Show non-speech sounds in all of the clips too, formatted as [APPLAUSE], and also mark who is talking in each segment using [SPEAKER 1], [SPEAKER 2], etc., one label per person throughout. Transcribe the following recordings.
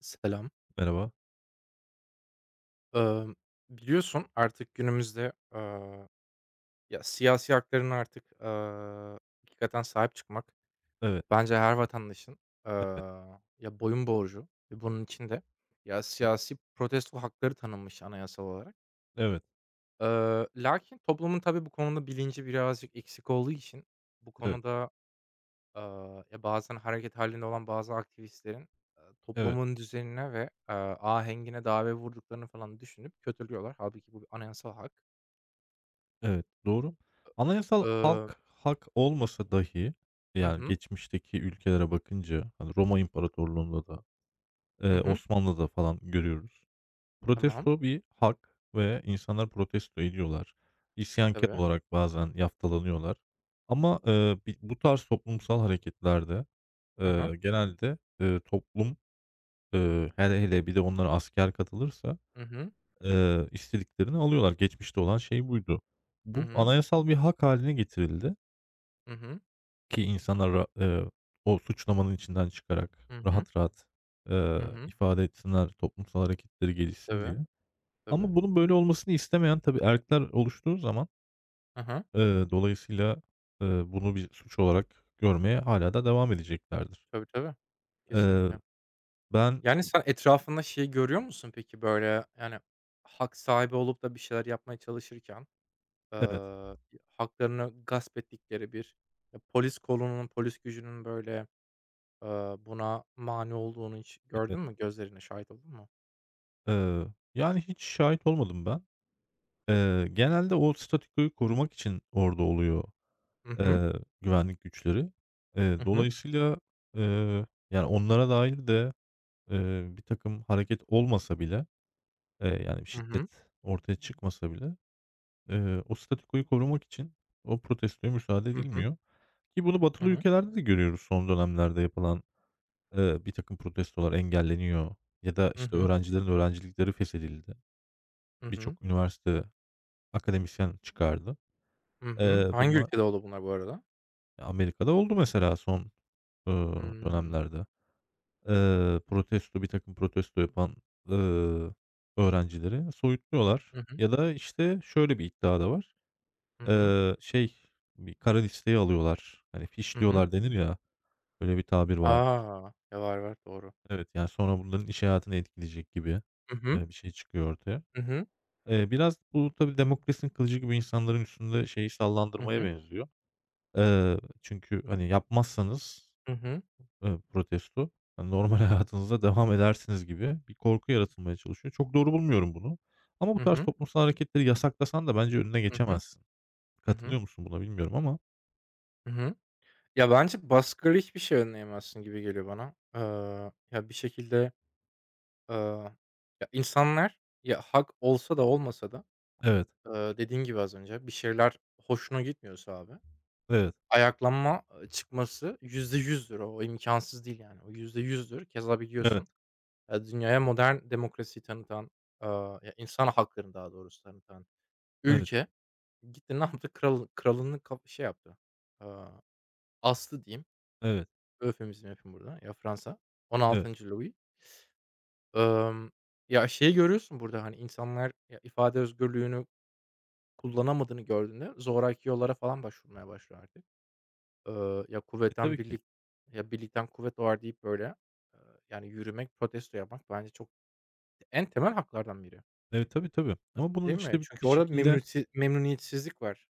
[SPEAKER 1] Selam.
[SPEAKER 2] Merhaba.
[SPEAKER 1] Emm, Biliyorsun artık günümüzde, siyasi haklarına artık, hakikaten sahip çıkmak
[SPEAKER 2] Evet,
[SPEAKER 1] bence her vatandaşın, boyun borcu ve bunun içinde
[SPEAKER 2] evet,
[SPEAKER 1] siyasi protesto hakları tanınmış anayasal olarak.
[SPEAKER 2] evet,
[SPEAKER 1] Lakin toplumun tabii bu konuda bilinci birazcık eksik olduğu için bu
[SPEAKER 2] evet,
[SPEAKER 1] konuda bazen hareket halinde olan bazı aktivistlerin,
[SPEAKER 2] evet,
[SPEAKER 1] toplumun düzenine ve, ahengine darbe vurduklarını falan düşünüp kötülüyorlar. Hâlbuki bu bir anayasal hak.
[SPEAKER 2] evet, doğru. Anayasal
[SPEAKER 1] Iıı
[SPEAKER 2] halk hak olmasa dahi,
[SPEAKER 1] Hı
[SPEAKER 2] yani,
[SPEAKER 1] hı.
[SPEAKER 2] geçmişteki ülkelere bakınca, hani, Roma İmparatorluğu'nda da,
[SPEAKER 1] Hı hı.
[SPEAKER 2] Osmanlı'da falan görüyoruz.
[SPEAKER 1] Tamam.
[SPEAKER 2] Protesto bir hak ve insanlar protesto ediyorlar. İsyankâr
[SPEAKER 1] Tabii.
[SPEAKER 2] olarak bazen yaftalanıyorlar ama, bi bu tarz toplumsal hareketlerde,
[SPEAKER 1] Hı hı.
[SPEAKER 2] genelde, toplum, hele hele bir de onlara asker katılırsa,
[SPEAKER 1] Hı hı.
[SPEAKER 2] istediklerini alıyorlar. Geçmişte olan şey buydu.
[SPEAKER 1] Hı
[SPEAKER 2] Bu
[SPEAKER 1] hı.
[SPEAKER 2] anayasal bir hak haline getirildi
[SPEAKER 1] Hı hı.
[SPEAKER 2] ki insanlar ra o suçlamanın içinden çıkarak
[SPEAKER 1] Hı hı.
[SPEAKER 2] rahat rahat,
[SPEAKER 1] Hı hı.
[SPEAKER 2] ifade etsinler, toplumsal hareketleri gelişsin
[SPEAKER 1] Tabii,
[SPEAKER 2] diye.
[SPEAKER 1] tabii.
[SPEAKER 2] Ama bunun böyle olmasını istemeyen tabii erkekler oluştuğu zaman,
[SPEAKER 1] Hı hı.
[SPEAKER 2] dolayısıyla, bunu bir suç olarak görmeye hala da devam edeceklerdir.
[SPEAKER 1] Tabii, tabii.
[SPEAKER 2] Eee,
[SPEAKER 1] Kesinlikle.
[SPEAKER 2] ben...
[SPEAKER 1] Yani, sen etrafında şey görüyor musun peki, böyle, yani, hak sahibi olup da bir şeyler yapmaya çalışırken?
[SPEAKER 2] Evet,
[SPEAKER 1] Eee, Haklarını gasp ettikleri bir polis kolunun, polis gücünün, böyle, buna mani olduğunu hiç gördün
[SPEAKER 2] evet.
[SPEAKER 1] mü? Gözlerine şahit oldun mu?
[SPEAKER 2] Eee, yani hiç şahit olmadım ben. Genelde o statükoyu korumak için orada oluyor
[SPEAKER 1] Hı hı.
[SPEAKER 2] Eee, güvenlik güçleri. Eee,
[SPEAKER 1] Hı hı.
[SPEAKER 2] dolayısıyla, yani, onlara dair de, birtakım hareket olmasa bile, yani,
[SPEAKER 1] Hı hı.
[SPEAKER 2] şiddet ortaya çıkmasa bile, o statükoyu korumak için o protestoya müsaade
[SPEAKER 1] Hı hı.
[SPEAKER 2] edilmiyor ki bunu
[SPEAKER 1] Hı
[SPEAKER 2] batılı
[SPEAKER 1] hı.
[SPEAKER 2] ülkelerde de görüyoruz. Son dönemlerde yapılan, birtakım protestolar engelleniyor ya da,
[SPEAKER 1] Hı
[SPEAKER 2] işte,
[SPEAKER 1] hı.
[SPEAKER 2] öğrencilerin öğrencilikleri feshedildi.
[SPEAKER 1] Hı hı.
[SPEAKER 2] Birçok üniversite akademisyen çıkardı.
[SPEAKER 1] Hı hı.
[SPEAKER 2] Eee,
[SPEAKER 1] Hangi
[SPEAKER 2] bunlar
[SPEAKER 1] ülkede oldu bunlar bu arada?
[SPEAKER 2] Amerika'da oldu mesela son,
[SPEAKER 1] Hımm.
[SPEAKER 2] dönemlerde. Protesto bir takım protesto yapan, ııı, öğrencileri soyutluyorlar
[SPEAKER 1] Hı hı.
[SPEAKER 2] ya da, işte, şöyle bir iddia da var.
[SPEAKER 1] Hı hı.
[SPEAKER 2] Şey, bir kara listeye alıyorlar. Hani,
[SPEAKER 1] Hı hı.
[SPEAKER 2] fişliyorlar denir ya, öyle bir tabir vardır.
[SPEAKER 1] A! Ya, var, var, doğru.
[SPEAKER 2] Evet, yani, sonra bunların iş hayatını etkileyecek gibi,
[SPEAKER 1] Hı hı.
[SPEAKER 2] bir şey çıkıyor ortaya.
[SPEAKER 1] Hı hı.
[SPEAKER 2] Biraz bu tabii demokrasinin kılıcı gibi insanların üstünde şeyi
[SPEAKER 1] Hı
[SPEAKER 2] sallandırmaya
[SPEAKER 1] hı.
[SPEAKER 2] benziyor. Çünkü, hani, yapmazsanız
[SPEAKER 1] Hı hı.
[SPEAKER 2] protesto, hani, normal [LAUGHS] hayatınıza devam edersiniz gibi bir korku yaratılmaya çalışıyor. Çok doğru bulmuyorum bunu ama bu
[SPEAKER 1] Hı
[SPEAKER 2] tarz
[SPEAKER 1] hı.
[SPEAKER 2] toplumsal hareketleri yasaklasan da bence önüne
[SPEAKER 1] Hı hı.
[SPEAKER 2] geçemezsin.
[SPEAKER 1] Hı hı.
[SPEAKER 2] Katılıyor musun buna bilmiyorum ama...
[SPEAKER 1] Hı hı. Ya, bence baskıyla hiçbir şey önleyemezsin gibi geliyor bana. Ya, bir şekilde Aaa, ya, insanlar, ya, hak olsa da olmasa da,
[SPEAKER 2] Evet,
[SPEAKER 1] dediğin gibi az önce bir şeyler hoşuna gitmiyorsa abi
[SPEAKER 2] evet,
[SPEAKER 1] ayaklanma, çıkması yüzde yüzdür. O imkansız değil, yani. O %100'dür. Keza
[SPEAKER 2] evet,
[SPEAKER 1] biliyorsun, dünyaya modern demokrasiyi tanıtan, ya, insan haklarını daha doğrusu tanıtan
[SPEAKER 2] evet,
[SPEAKER 1] ülke gitti [LAUGHS] ne yaptı? Kral kralını kap şey yaptı, aaa, astı diyeyim.
[SPEAKER 2] evet,
[SPEAKER 1] Eufemizm yapayım burada. Ya, Fransa. on
[SPEAKER 2] evet.
[SPEAKER 1] altıncı Louis. Emm, Ya, şeyi görüyorsun burada, hani, insanlar ya, ifade özgürlüğünü kullanamadığını gördüğünde zoraki yollara falan başvurmaya başlıyor artık. Ya,
[SPEAKER 2] E,
[SPEAKER 1] "Kuvvetten
[SPEAKER 2] tabii ki.
[SPEAKER 1] birlik, ya, birlikten kuvvet doğar." deyip, böyle, eee, yani, yürümek, protesto yapmak bence çok en temel haklardan biri,
[SPEAKER 2] Evet, tabii, tabii ama bunun,
[SPEAKER 1] değil mi?
[SPEAKER 2] işte, bir
[SPEAKER 1] Çünkü orada
[SPEAKER 2] şekilde...
[SPEAKER 1] memnuniyetsizlik var.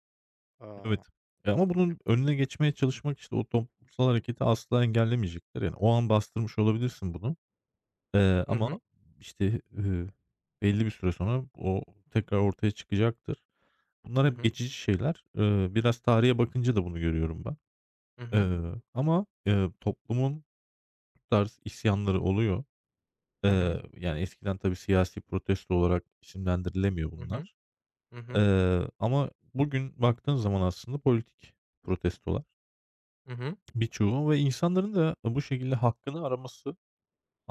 [SPEAKER 1] Aaa,
[SPEAKER 2] Evet. E, ama bunun önüne geçmeye çalışmak, işte, o toplumsal hareketi asla engellemeyecektir. Yani, o an bastırmış olabilirsin bunu,
[SPEAKER 1] hı
[SPEAKER 2] ama,
[SPEAKER 1] hı,
[SPEAKER 2] işte, belli bir süre sonra o tekrar ortaya çıkacaktır. Bunlar
[SPEAKER 1] hı
[SPEAKER 2] hep
[SPEAKER 1] hı,
[SPEAKER 2] geçici şeyler. Biraz tarihe bakınca da bunu görüyorum ben.
[SPEAKER 1] hı hı,
[SPEAKER 2] Ama, toplumun bu tarz isyanları oluyor.
[SPEAKER 1] hı hı,
[SPEAKER 2] Yani eskiden tabii siyasi protesto olarak isimlendirilemiyor
[SPEAKER 1] hı hı,
[SPEAKER 2] bunlar.
[SPEAKER 1] hı hı,
[SPEAKER 2] Ama bugün baktığın zaman aslında politik protestolar
[SPEAKER 1] hı hı,
[SPEAKER 2] birçoğu ve insanların da bu şekilde hakkını araması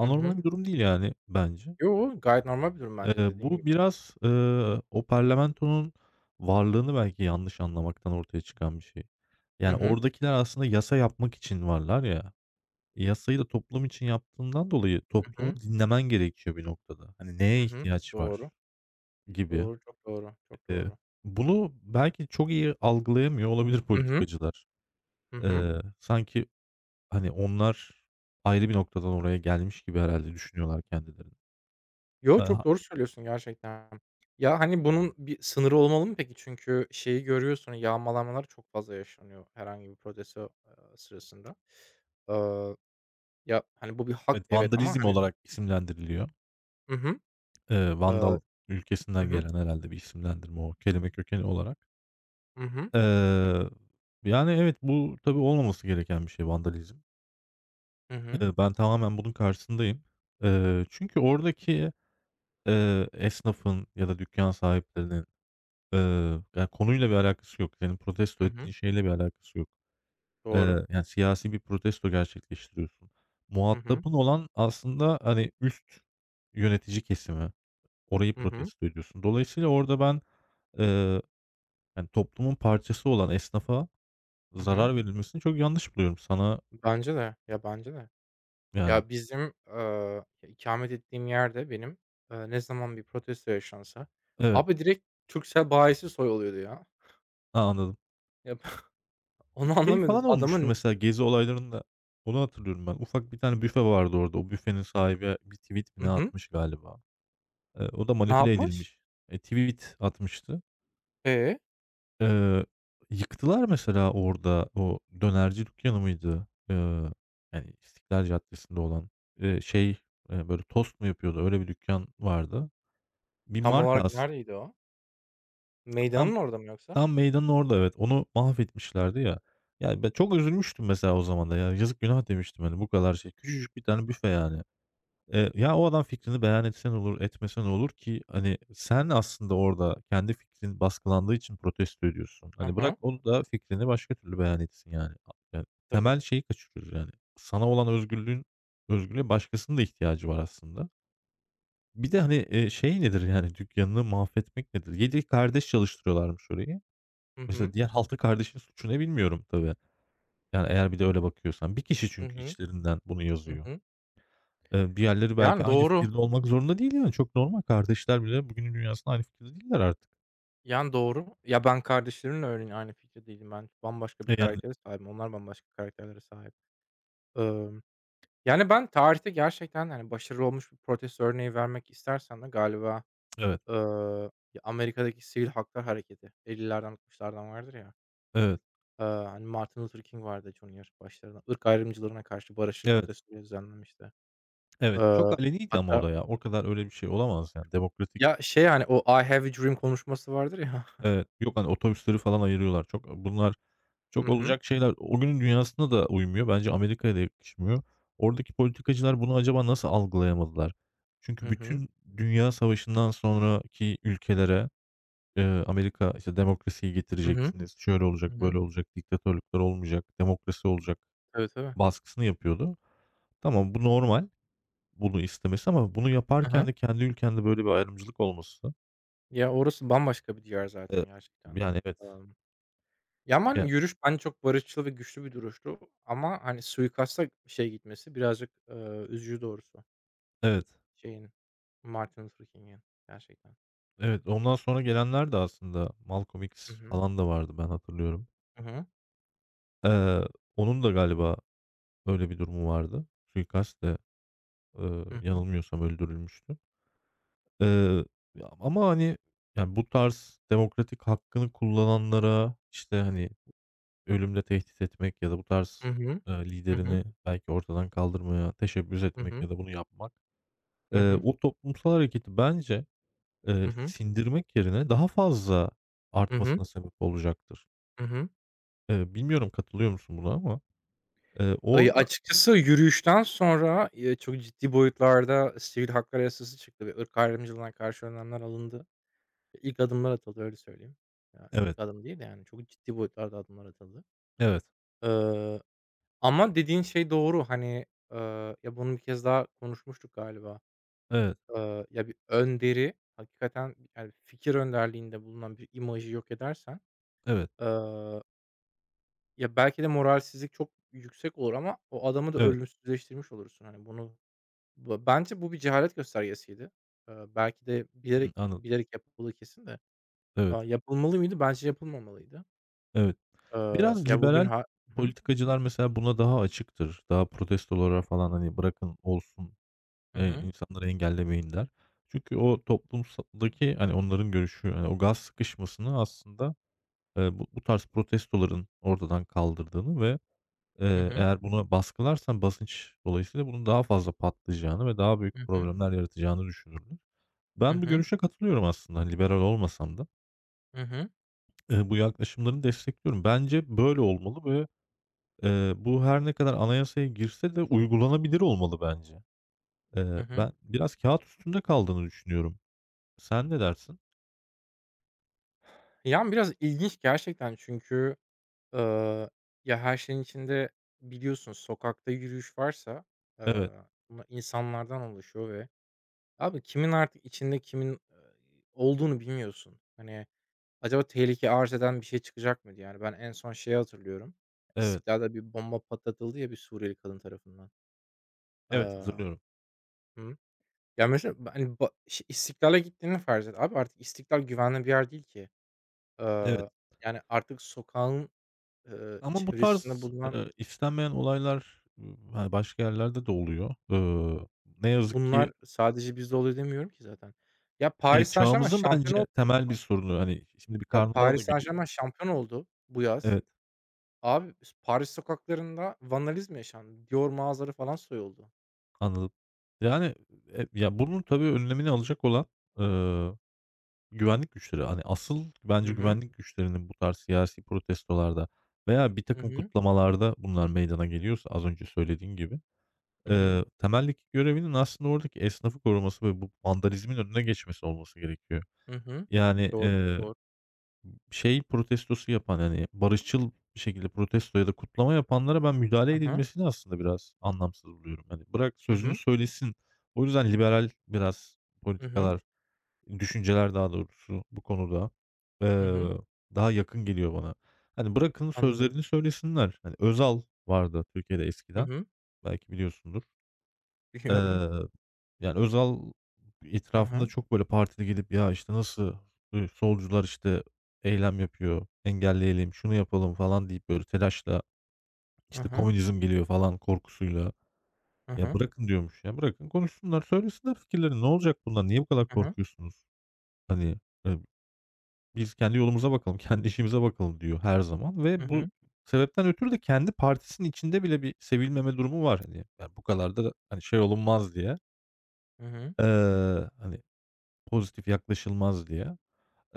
[SPEAKER 1] hı hı.
[SPEAKER 2] bir durum değil yani bence.
[SPEAKER 1] Yo, gayet normal bir durum bence
[SPEAKER 2] Eee,
[SPEAKER 1] dediğin gibi.
[SPEAKER 2] bu biraz, o parlamentonun varlığını belki yanlış anlamaktan ortaya çıkan bir şey.
[SPEAKER 1] Hı
[SPEAKER 2] Yani,
[SPEAKER 1] hı,
[SPEAKER 2] oradakiler aslında yasa yapmak için varlar ya. Yasayı da toplum için yaptığından dolayı
[SPEAKER 1] hı
[SPEAKER 2] toplumu
[SPEAKER 1] hı,
[SPEAKER 2] dinlemen gerekiyor bir noktada. Hani,
[SPEAKER 1] hı
[SPEAKER 2] neye
[SPEAKER 1] hı.
[SPEAKER 2] ihtiyaç var
[SPEAKER 1] Doğru,
[SPEAKER 2] gibi.
[SPEAKER 1] doğru, çok doğru, çok
[SPEAKER 2] Eee,
[SPEAKER 1] doğru.
[SPEAKER 2] bunu belki çok iyi algılayamıyor olabilir
[SPEAKER 1] Hı hı.
[SPEAKER 2] politikacılar.
[SPEAKER 1] Hı hı.
[SPEAKER 2] Sanki, hani, onlar ayrı bir noktadan oraya gelmiş gibi herhalde düşünüyorlar kendilerini.
[SPEAKER 1] Yo,
[SPEAKER 2] Eee,
[SPEAKER 1] çok doğru söylüyorsun gerçekten. Ya, hani, bunun bir sınırı olmalı mı peki? Çünkü şeyi görüyorsun, yağmalanmalar çok fazla yaşanıyor herhangi bir protesto, sırasında. Iıı, ya, hani, bu bir hak,
[SPEAKER 2] evet,
[SPEAKER 1] evet ama,
[SPEAKER 2] vandalizm
[SPEAKER 1] hani
[SPEAKER 2] olarak isimlendiriliyor.
[SPEAKER 1] Hı hı.
[SPEAKER 2] Eee,
[SPEAKER 1] Iıı,
[SPEAKER 2] Vandal
[SPEAKER 1] hı
[SPEAKER 2] ülkesinden
[SPEAKER 1] hı.
[SPEAKER 2] gelen herhâlde bir isimlendirme o kelime kökeni olarak.
[SPEAKER 1] Hı hı.
[SPEAKER 2] Eee, yani, evet, bu tabii olmaması gereken bir şey vandalizm.
[SPEAKER 1] Hı hı.
[SPEAKER 2] Ben tamamen bunun karşısındayım. Çünkü oradaki, esnafın ya da dükkân sahiplerinin, yani, konuyla bir alakası yok. Senin protesto
[SPEAKER 1] Hı hı.
[SPEAKER 2] ettiğin şeyle bir alakası yok.
[SPEAKER 1] Doğru.
[SPEAKER 2] Yani, siyasi bir protesto gerçekleştiriyorsun.
[SPEAKER 1] Hı hı.
[SPEAKER 2] Muhatabın olan aslında, hani, üst yönetici kesimi. Orayı
[SPEAKER 1] Hı hı.
[SPEAKER 2] protesto ediyorsun. Dolayısıyla orada ben, eee yani, toplumun parçası olan esnafa
[SPEAKER 1] Hı hı.
[SPEAKER 2] zarar verilmesini çok yanlış buluyorum. Sana,
[SPEAKER 1] Bence de. Ya, bence de.
[SPEAKER 2] yani...
[SPEAKER 1] Ya, bizim, ikamet ettiğim yerde benim, ne zaman bir protesto yaşansa,
[SPEAKER 2] Evet.
[SPEAKER 1] abi direkt Turkcell bayisi soyuluyordu ya.
[SPEAKER 2] Ha, anladım.
[SPEAKER 1] Ya, onu
[SPEAKER 2] Şey
[SPEAKER 1] anlamıyordum.
[SPEAKER 2] falan olmuştu
[SPEAKER 1] Adamın
[SPEAKER 2] mesela gezi olaylarında, onu hatırlıyorum ben. Ufak bir tane büfe vardı orada. O büfenin sahibi bir tweet mi
[SPEAKER 1] Hı
[SPEAKER 2] ne
[SPEAKER 1] hı.
[SPEAKER 2] atmış galiba. O da
[SPEAKER 1] Ne
[SPEAKER 2] manipüle
[SPEAKER 1] yapmış?
[SPEAKER 2] edilmiş. E, tweet atmıştı.
[SPEAKER 1] E,
[SPEAKER 2] Eee, yıktılar mesela orada o dönerci dükkanı mıydı? Yani İstiklal Caddesi'nde olan, eee, şey, böyle tost mu yapıyordu? Öyle bir dükkan vardı. Bir
[SPEAKER 1] tam
[SPEAKER 2] marka
[SPEAKER 1] olarak
[SPEAKER 2] aslında.
[SPEAKER 1] neredeydi o?
[SPEAKER 2] Tam
[SPEAKER 1] Meydanın orada mı yoksa?
[SPEAKER 2] Tam meydanın orada, evet. Onu mahvetmişlerdi ya. Yani ben çok üzülmüştüm mesela o zaman da ya. Yazık günah demiştim hani bu kadar şey. Küçücük bir tane büfe yani. Ya o adam fikrini beyan etse olur, etmesen olur ki? Hani sen aslında orada kendi fikrin baskılandığı için protesto ediyorsun.
[SPEAKER 1] Hı
[SPEAKER 2] Hani bırak
[SPEAKER 1] hı.
[SPEAKER 2] onu da fikrini başka türlü beyan etsin yani. Yani
[SPEAKER 1] Tabii.
[SPEAKER 2] temel şeyi kaçırıyoruz yani. Sana olan özgürlüğün özgürlüğe başkasının da ihtiyacı var aslında. Bir de hani, şey nedir yani dükkanını mahvetmek nedir? Yedi kardeş çalıştırıyorlarmış orayı.
[SPEAKER 1] Hı hı.
[SPEAKER 2] Mesela diğer halka kardeşin suçu ne bilmiyorum tabii. Yani eğer bir de öyle bakıyorsan. Bir kişi
[SPEAKER 1] Hı
[SPEAKER 2] çünkü
[SPEAKER 1] hı.
[SPEAKER 2] içlerinden bunu
[SPEAKER 1] Hı
[SPEAKER 2] yazıyor.
[SPEAKER 1] hı.
[SPEAKER 2] Diğerleri belki
[SPEAKER 1] Yani
[SPEAKER 2] aynı
[SPEAKER 1] doğru.
[SPEAKER 2] fikirde olmak zorunda değil yani. Çok normal. Kardeşler bile bugünün dünyasında aynı fikirde değiller artık.
[SPEAKER 1] Yani doğru. Ya, ben kardeşlerimle örneğin aynı fikirde değilim. Ben bambaşka bir
[SPEAKER 2] E, yani
[SPEAKER 1] karaktere sahibim. Onlar bambaşka karakterlere sahip. Imm, yani, ben tarihte gerçekten, hani, başarılı olmuş bir protesto örneği vermek istersen de galiba,
[SPEAKER 2] evet,
[SPEAKER 1] ya, Amerika'daki sivil haklar hareketi 50'lerden 60'lardan vardır ya.
[SPEAKER 2] evet,
[SPEAKER 1] Hani, Martin Luther King vardı hiç onun yaş başlarına, ırk ayrımcılığına karşı barışçıl
[SPEAKER 2] evet,
[SPEAKER 1] protestoları düzenlemişti.
[SPEAKER 2] evet.
[SPEAKER 1] Eee,
[SPEAKER 2] Çok aleniydi ama o
[SPEAKER 1] hatta
[SPEAKER 2] da ya. O kadar öyle bir şey olamaz yani. Demokratik...
[SPEAKER 1] ya, şey, hani, o "I Have a Dream" konuşması vardır ya. [LAUGHS]
[SPEAKER 2] Evet. Yok hani otobüsleri falan ayırıyorlar. Çok bunlar... Çok
[SPEAKER 1] Hı hı.
[SPEAKER 2] olacak şeyler o günün dünyasına da uymuyor. Bence Amerika'ya da yakışmıyor. Oradaki politikacılar bunu acaba nasıl algılayamadılar?
[SPEAKER 1] Hı
[SPEAKER 2] Çünkü
[SPEAKER 1] hı.
[SPEAKER 2] bütün dünya savaşından sonraki ülkelere, Amerika işte demokrasiyi
[SPEAKER 1] Hı hı.
[SPEAKER 2] getireceksiniz, şöyle
[SPEAKER 1] Hı
[SPEAKER 2] olacak,
[SPEAKER 1] hı.
[SPEAKER 2] böyle olacak, diktatörlükler olmayacak, demokrasi olacak
[SPEAKER 1] Tabii, tabii.
[SPEAKER 2] baskısını yapıyordu. Tamam bu normal bunu istemesi ama bunu
[SPEAKER 1] Hı
[SPEAKER 2] yaparken
[SPEAKER 1] hı.
[SPEAKER 2] de kendi ülkende böyle bir ayrımcılık olması,
[SPEAKER 1] Ya, orası bambaşka bir diyar
[SPEAKER 2] eee,
[SPEAKER 1] zaten gerçekten.
[SPEAKER 2] yani evet.
[SPEAKER 1] Emm, ya, ama,
[SPEAKER 2] Ya,
[SPEAKER 1] hani, yürüyüş bence çok barışçıl ve güçlü bir duruştu ama, hani, suikasta şey gitmesi birazcık, üzücü doğrusu
[SPEAKER 2] evet.
[SPEAKER 1] şeyin, Martin Luther King'in gerçekten.
[SPEAKER 2] Evet, ondan sonra gelenler de aslında Malcolm
[SPEAKER 1] Hı
[SPEAKER 2] X
[SPEAKER 1] hı.
[SPEAKER 2] falan da vardı ben hatırlıyorum.
[SPEAKER 1] Hı hı.
[SPEAKER 2] Eee, onun da galiba öyle bir durumu vardı. Suikastle,
[SPEAKER 1] Hı hı.
[SPEAKER 2] yanılmıyorsam öldürülmüştü. Eee, ya ama, hani, yani, bu tarz demokratik hakkını kullananlara, işte, hani, ölümle tehdit etmek ya da bu
[SPEAKER 1] Hı
[SPEAKER 2] tarz,
[SPEAKER 1] hı. Hı hı.
[SPEAKER 2] liderini belki ortadan kaldırmaya teşebbüs
[SPEAKER 1] Hı
[SPEAKER 2] etmek
[SPEAKER 1] hı.
[SPEAKER 2] ya da bunu yapmak,
[SPEAKER 1] Hı hı.
[SPEAKER 2] o toplumsal hareketi bence,
[SPEAKER 1] Hı hı.
[SPEAKER 2] sindirmek yerine daha fazla
[SPEAKER 1] Hı hı.
[SPEAKER 2] artmasına sebep olacaktır.
[SPEAKER 1] Hı hı.
[SPEAKER 2] Bilmiyorum katılıyor musun buna ama, orada...
[SPEAKER 1] Açıkçası yürüyüşten sonra, çok ciddi boyutlarda sivil haklar yasası çıktı ve ırk ayrımcılığına karşı önlemler alındı. İlk adımlar atıldı, öyle söyleyeyim. Ya,
[SPEAKER 2] Evet,
[SPEAKER 1] ilk adım değil de yani çok ciddi boyutlarda adımlar atıldı.
[SPEAKER 2] evet,
[SPEAKER 1] Iıı, ama dediğin şey doğru. Hani, ya, bunu bir kez daha konuşmuştuk galiba.
[SPEAKER 2] evet,
[SPEAKER 1] Ya, bir önderi hakikaten, yani, fikir önderliğinde bulunan bir imajı yok edersen,
[SPEAKER 2] evet,
[SPEAKER 1] ııı Ya, belki de moralsizlik çok yüksek olur ama o adamı da
[SPEAKER 2] evet.
[SPEAKER 1] ölümsüzleştirmiş olursun. Hani, bunu bence bu bir cehalet göstergesiydi. Belki de
[SPEAKER 2] Hımm,
[SPEAKER 1] bilerek, yani,
[SPEAKER 2] anladım.
[SPEAKER 1] bilerek yapıldığı kesin de,
[SPEAKER 2] Evet,
[SPEAKER 1] yapılmalı mıydı? Bence yapılmamalıydı.
[SPEAKER 2] evet. Biraz
[SPEAKER 1] Ya, bugün
[SPEAKER 2] liberal
[SPEAKER 1] ha Hı hı.
[SPEAKER 2] politikacılar mesela buna daha açıktır. Daha protestolara falan, hani, "Bırakın olsun,
[SPEAKER 1] Hı hı.
[SPEAKER 2] insanları engellemeyin." der. Çünkü o toplumdaki, hani, onların görüşü, hani, o gaz sıkışmasını aslında, bu tarz protestoların ortadan kaldırdığını ve,
[SPEAKER 1] Hı hı.
[SPEAKER 2] eğer buna baskılarsan basınç dolayısıyla bunun daha fazla patlayacağını ve daha
[SPEAKER 1] Hı
[SPEAKER 2] büyük
[SPEAKER 1] hı.
[SPEAKER 2] problemler yaratacağını düşünürler.
[SPEAKER 1] Hı
[SPEAKER 2] Ben bu
[SPEAKER 1] hı.
[SPEAKER 2] görüşe katılıyorum aslında, hani, liberal olmasam da. Bu yaklaşımlarını destekliyorum. Bence böyle olmalı ve, bu her ne kadar anayasaya girse de uygulanabilir olmalı bence. Ben biraz kağıt üstünde kaldığını düşünüyorum. Sen ne dersin?
[SPEAKER 1] Yani, biraz ilginç gerçekten çünkü, eee, ya, her şeyin içinde biliyorsun sokakta yürüyüş varsa, eee,
[SPEAKER 2] Evet,
[SPEAKER 1] bunlar insanlardan oluşuyor ve abi kimin artık içinde kimin, olduğunu bilmiyorsun. Hani, acaba tehlike arz eden bir şey çıkacak mıydı? Yani, ben en son şeyi hatırlıyorum.
[SPEAKER 2] evet,
[SPEAKER 1] İstiklal'de bir bomba patlatıldı ya bir Suriyeli kadın tarafından.
[SPEAKER 2] evet,
[SPEAKER 1] Aaa
[SPEAKER 2] hatırlıyorum.
[SPEAKER 1] Hı. Ya, mesela, hani, ba şi İstiklal'e gittiğini farz et. Abi artık İstiklal güvenli bir yer değil ki.
[SPEAKER 2] Evet
[SPEAKER 1] Eee, yani, artık sokağın,
[SPEAKER 2] ama bu
[SPEAKER 1] çevresinde
[SPEAKER 2] tarz,
[SPEAKER 1] bulunan
[SPEAKER 2] istenmeyen olaylar, hani, başka yerlerde de oluyor. Ne yazık ki,
[SPEAKER 1] bunlar sadece bizde oluyor demiyorum ki zaten. Ya, Paris Saint-Germain
[SPEAKER 2] çağımızın
[SPEAKER 1] şampiyon
[SPEAKER 2] bence
[SPEAKER 1] oldu.
[SPEAKER 2] temel bir sorunu. Hani, şimdi bir
[SPEAKER 1] Ya,
[SPEAKER 2] karnavala da
[SPEAKER 1] Paris
[SPEAKER 2] gidi...
[SPEAKER 1] Saint-Germain şampiyon oldu bu yaz.
[SPEAKER 2] Evet.
[SPEAKER 1] Abi, Paris sokaklarında vandalizm yaşandı. Dior mağazaları falan soyuldu.
[SPEAKER 2] Anladım. Yani, bunun tabii önlemini alacak olan, ııı, güvenlik güçleri. Hani, asıl
[SPEAKER 1] Hı
[SPEAKER 2] bence
[SPEAKER 1] hı.
[SPEAKER 2] güvenlik güçlerinin bu tarz siyasi protestolarda veya bir
[SPEAKER 1] Hı
[SPEAKER 2] takım
[SPEAKER 1] hı.
[SPEAKER 2] kutlamalarda bunlar meydana geliyorsa az önce söylediğin gibi,
[SPEAKER 1] Hı hı.
[SPEAKER 2] temeldeki görevinin aslında oradaki esnafı koruması ve bu vandalizmin önüne geçmesi olması gerekiyor.
[SPEAKER 1] Hı hı.
[SPEAKER 2] Yani,
[SPEAKER 1] Doğru, doğru.
[SPEAKER 2] şey protestosu yapan, hani, barışçıl bir şekilde protesto ya da kutlama yapanlara ben müdahale
[SPEAKER 1] Hı hı.
[SPEAKER 2] edilmesini aslında biraz anlamsız buluyorum. Hani, bırak
[SPEAKER 1] Hı
[SPEAKER 2] sözünü
[SPEAKER 1] hı.
[SPEAKER 2] söylesin. O yüzden liberal biraz
[SPEAKER 1] Hı hı.
[SPEAKER 2] politikalar, düşünceler daha doğrusu bu konuda,
[SPEAKER 1] Hı
[SPEAKER 2] eee,
[SPEAKER 1] hı.
[SPEAKER 2] daha yakın geliyor bana. Hani, bırakın
[SPEAKER 1] Anladım.
[SPEAKER 2] sözlerini söylesinler. Hani, Özal vardı Türkiye'de
[SPEAKER 1] Hı
[SPEAKER 2] eskiden,
[SPEAKER 1] hı.
[SPEAKER 2] belki biliyorsundur.
[SPEAKER 1] [LAUGHS] Biliyorum.
[SPEAKER 2] Eee, yani Özal
[SPEAKER 1] Hı
[SPEAKER 2] etrafında
[SPEAKER 1] hı.
[SPEAKER 2] çok böyle partide gidip ya, işte, nasıl, solcular, işte, eylem yapıyor, engelleyelim, şunu yapalım falan deyip böyle telaşla,
[SPEAKER 1] Hı
[SPEAKER 2] işte,
[SPEAKER 1] hı.
[SPEAKER 2] komünizm geliyor falan korkusuyla.
[SPEAKER 1] Hı
[SPEAKER 2] Ya,
[SPEAKER 1] hı.
[SPEAKER 2] bırakın diyormuş ya, bırakın konuşsunlar, söylesinler fikirlerini. Ne olacak bundan? Niye bu kadar
[SPEAKER 1] Hı hı.
[SPEAKER 2] korkuyorsunuz? Hani, eee, biz kendi yolumuza bakalım, [LAUGHS] kendi işimize bakalım diyor her zaman
[SPEAKER 1] Hı
[SPEAKER 2] ve bu
[SPEAKER 1] hı.
[SPEAKER 2] sebepten ötürü de kendi partisinin içinde bile bir sevilmeme durumu var. Hani, ya, bu kadar da, hani, şey olunmaz diye.
[SPEAKER 1] Hı hı.
[SPEAKER 2] Hani, pozitif yaklaşılmaz diye.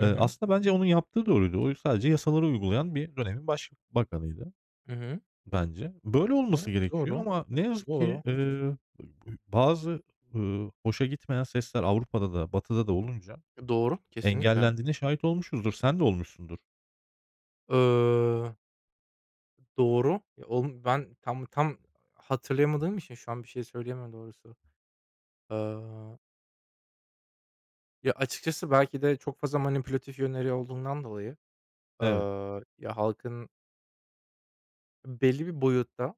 [SPEAKER 1] Hı hı.
[SPEAKER 2] aslında bence onun yaptığı doğruydu. O sadece yasaları uygulayan bir dönemin başbakanıydı
[SPEAKER 1] Hı hı.
[SPEAKER 2] bence. Böyle
[SPEAKER 1] Ya,
[SPEAKER 2] olması gerekiyor
[SPEAKER 1] doğru,
[SPEAKER 2] ama ne yazık ki,
[SPEAKER 1] doğru.
[SPEAKER 2] bazı, hoşa gitmeyen sesler Avrupa'da da Batı'da da olunca
[SPEAKER 1] Doğru, kesinlikle.
[SPEAKER 2] engellendiğine şahit olmuşuzdur. Sen de olmuşsundur.
[SPEAKER 1] Iıı, doğru. Ya, oğlum ben tam hatırlayamadığım için şu an bir şey söyleyemem doğrusu. Iıı Ya, açıkçası belki de çok fazla manipülatif yönleri olduğundan dolayı,
[SPEAKER 2] Evet,
[SPEAKER 1] ya, halkın belli bir boyutta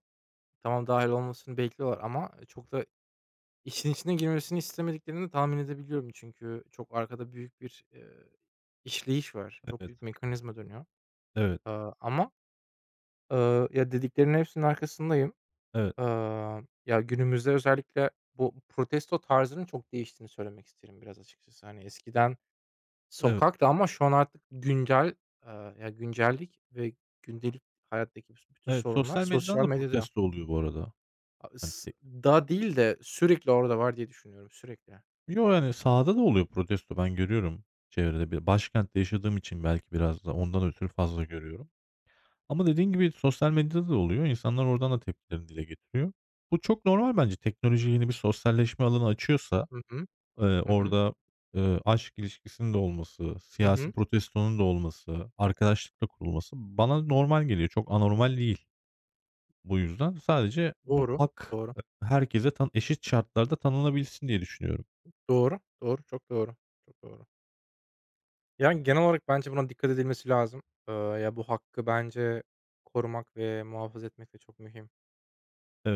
[SPEAKER 1] tamam, dahil olmasını bekliyorlar ama çok da işin içine girmesini istemediklerini de tahmin edebiliyorum. Çünkü çok arkada büyük bir, işleyiş var. Çok
[SPEAKER 2] evet,
[SPEAKER 1] büyük mekanizma dönüyor.
[SPEAKER 2] evet,
[SPEAKER 1] Ama, ya, dediklerinin hepsinin arkasındayım.
[SPEAKER 2] evet,
[SPEAKER 1] Ya, günümüzde özellikle bu protesto tarzının çok değiştiğini söylemek isterim biraz açıkçası. Hani, eskiden
[SPEAKER 2] evet,
[SPEAKER 1] sokakta ama şu an artık güncel, eee, ya, güncellik ve gündelik hayattaki bütün
[SPEAKER 2] evet.
[SPEAKER 1] sorunlar
[SPEAKER 2] Sosyal medyadan
[SPEAKER 1] sosyal
[SPEAKER 2] da
[SPEAKER 1] medyada.
[SPEAKER 2] protesto oluyor bu arada.
[SPEAKER 1] A
[SPEAKER 2] Hani
[SPEAKER 1] s
[SPEAKER 2] te...
[SPEAKER 1] da değil de sürekli orada var diye düşünüyorum, sürekli.
[SPEAKER 2] Yo, yani sahada da oluyor protesto. Ben görüyorum çevrede. Bir başkentte yaşadığım için belki biraz da ondan ötürü fazla görüyorum. Ama dediğin gibi sosyal medyada da oluyor. İnsanlar oradan da tepkilerini dile getiriyor. Bu çok normal bence. Teknoloji yeni bir sosyalleşme alanı açıyorsa,
[SPEAKER 1] Hı hı. Hı hı.
[SPEAKER 2] orada, aşk ilişkisinin de olması,
[SPEAKER 1] Hı
[SPEAKER 2] siyasi
[SPEAKER 1] hı.
[SPEAKER 2] protestonun da olması, arkadaşlıkla kurulması bana normal geliyor. Çok anormal değil. Bu yüzden sadece bu
[SPEAKER 1] Doğru,
[SPEAKER 2] hak,
[SPEAKER 1] doğru,
[SPEAKER 2] herkese eşit şartlarda tanınabilsin diye düşünüyorum.
[SPEAKER 1] doğru, doğru, çok doğru, çok doğru. Yani, genel olarak bence buna dikkat edilmesi lazım. Ya, bu hakkı bence korumak ve muhafaza etmek de çok mühim.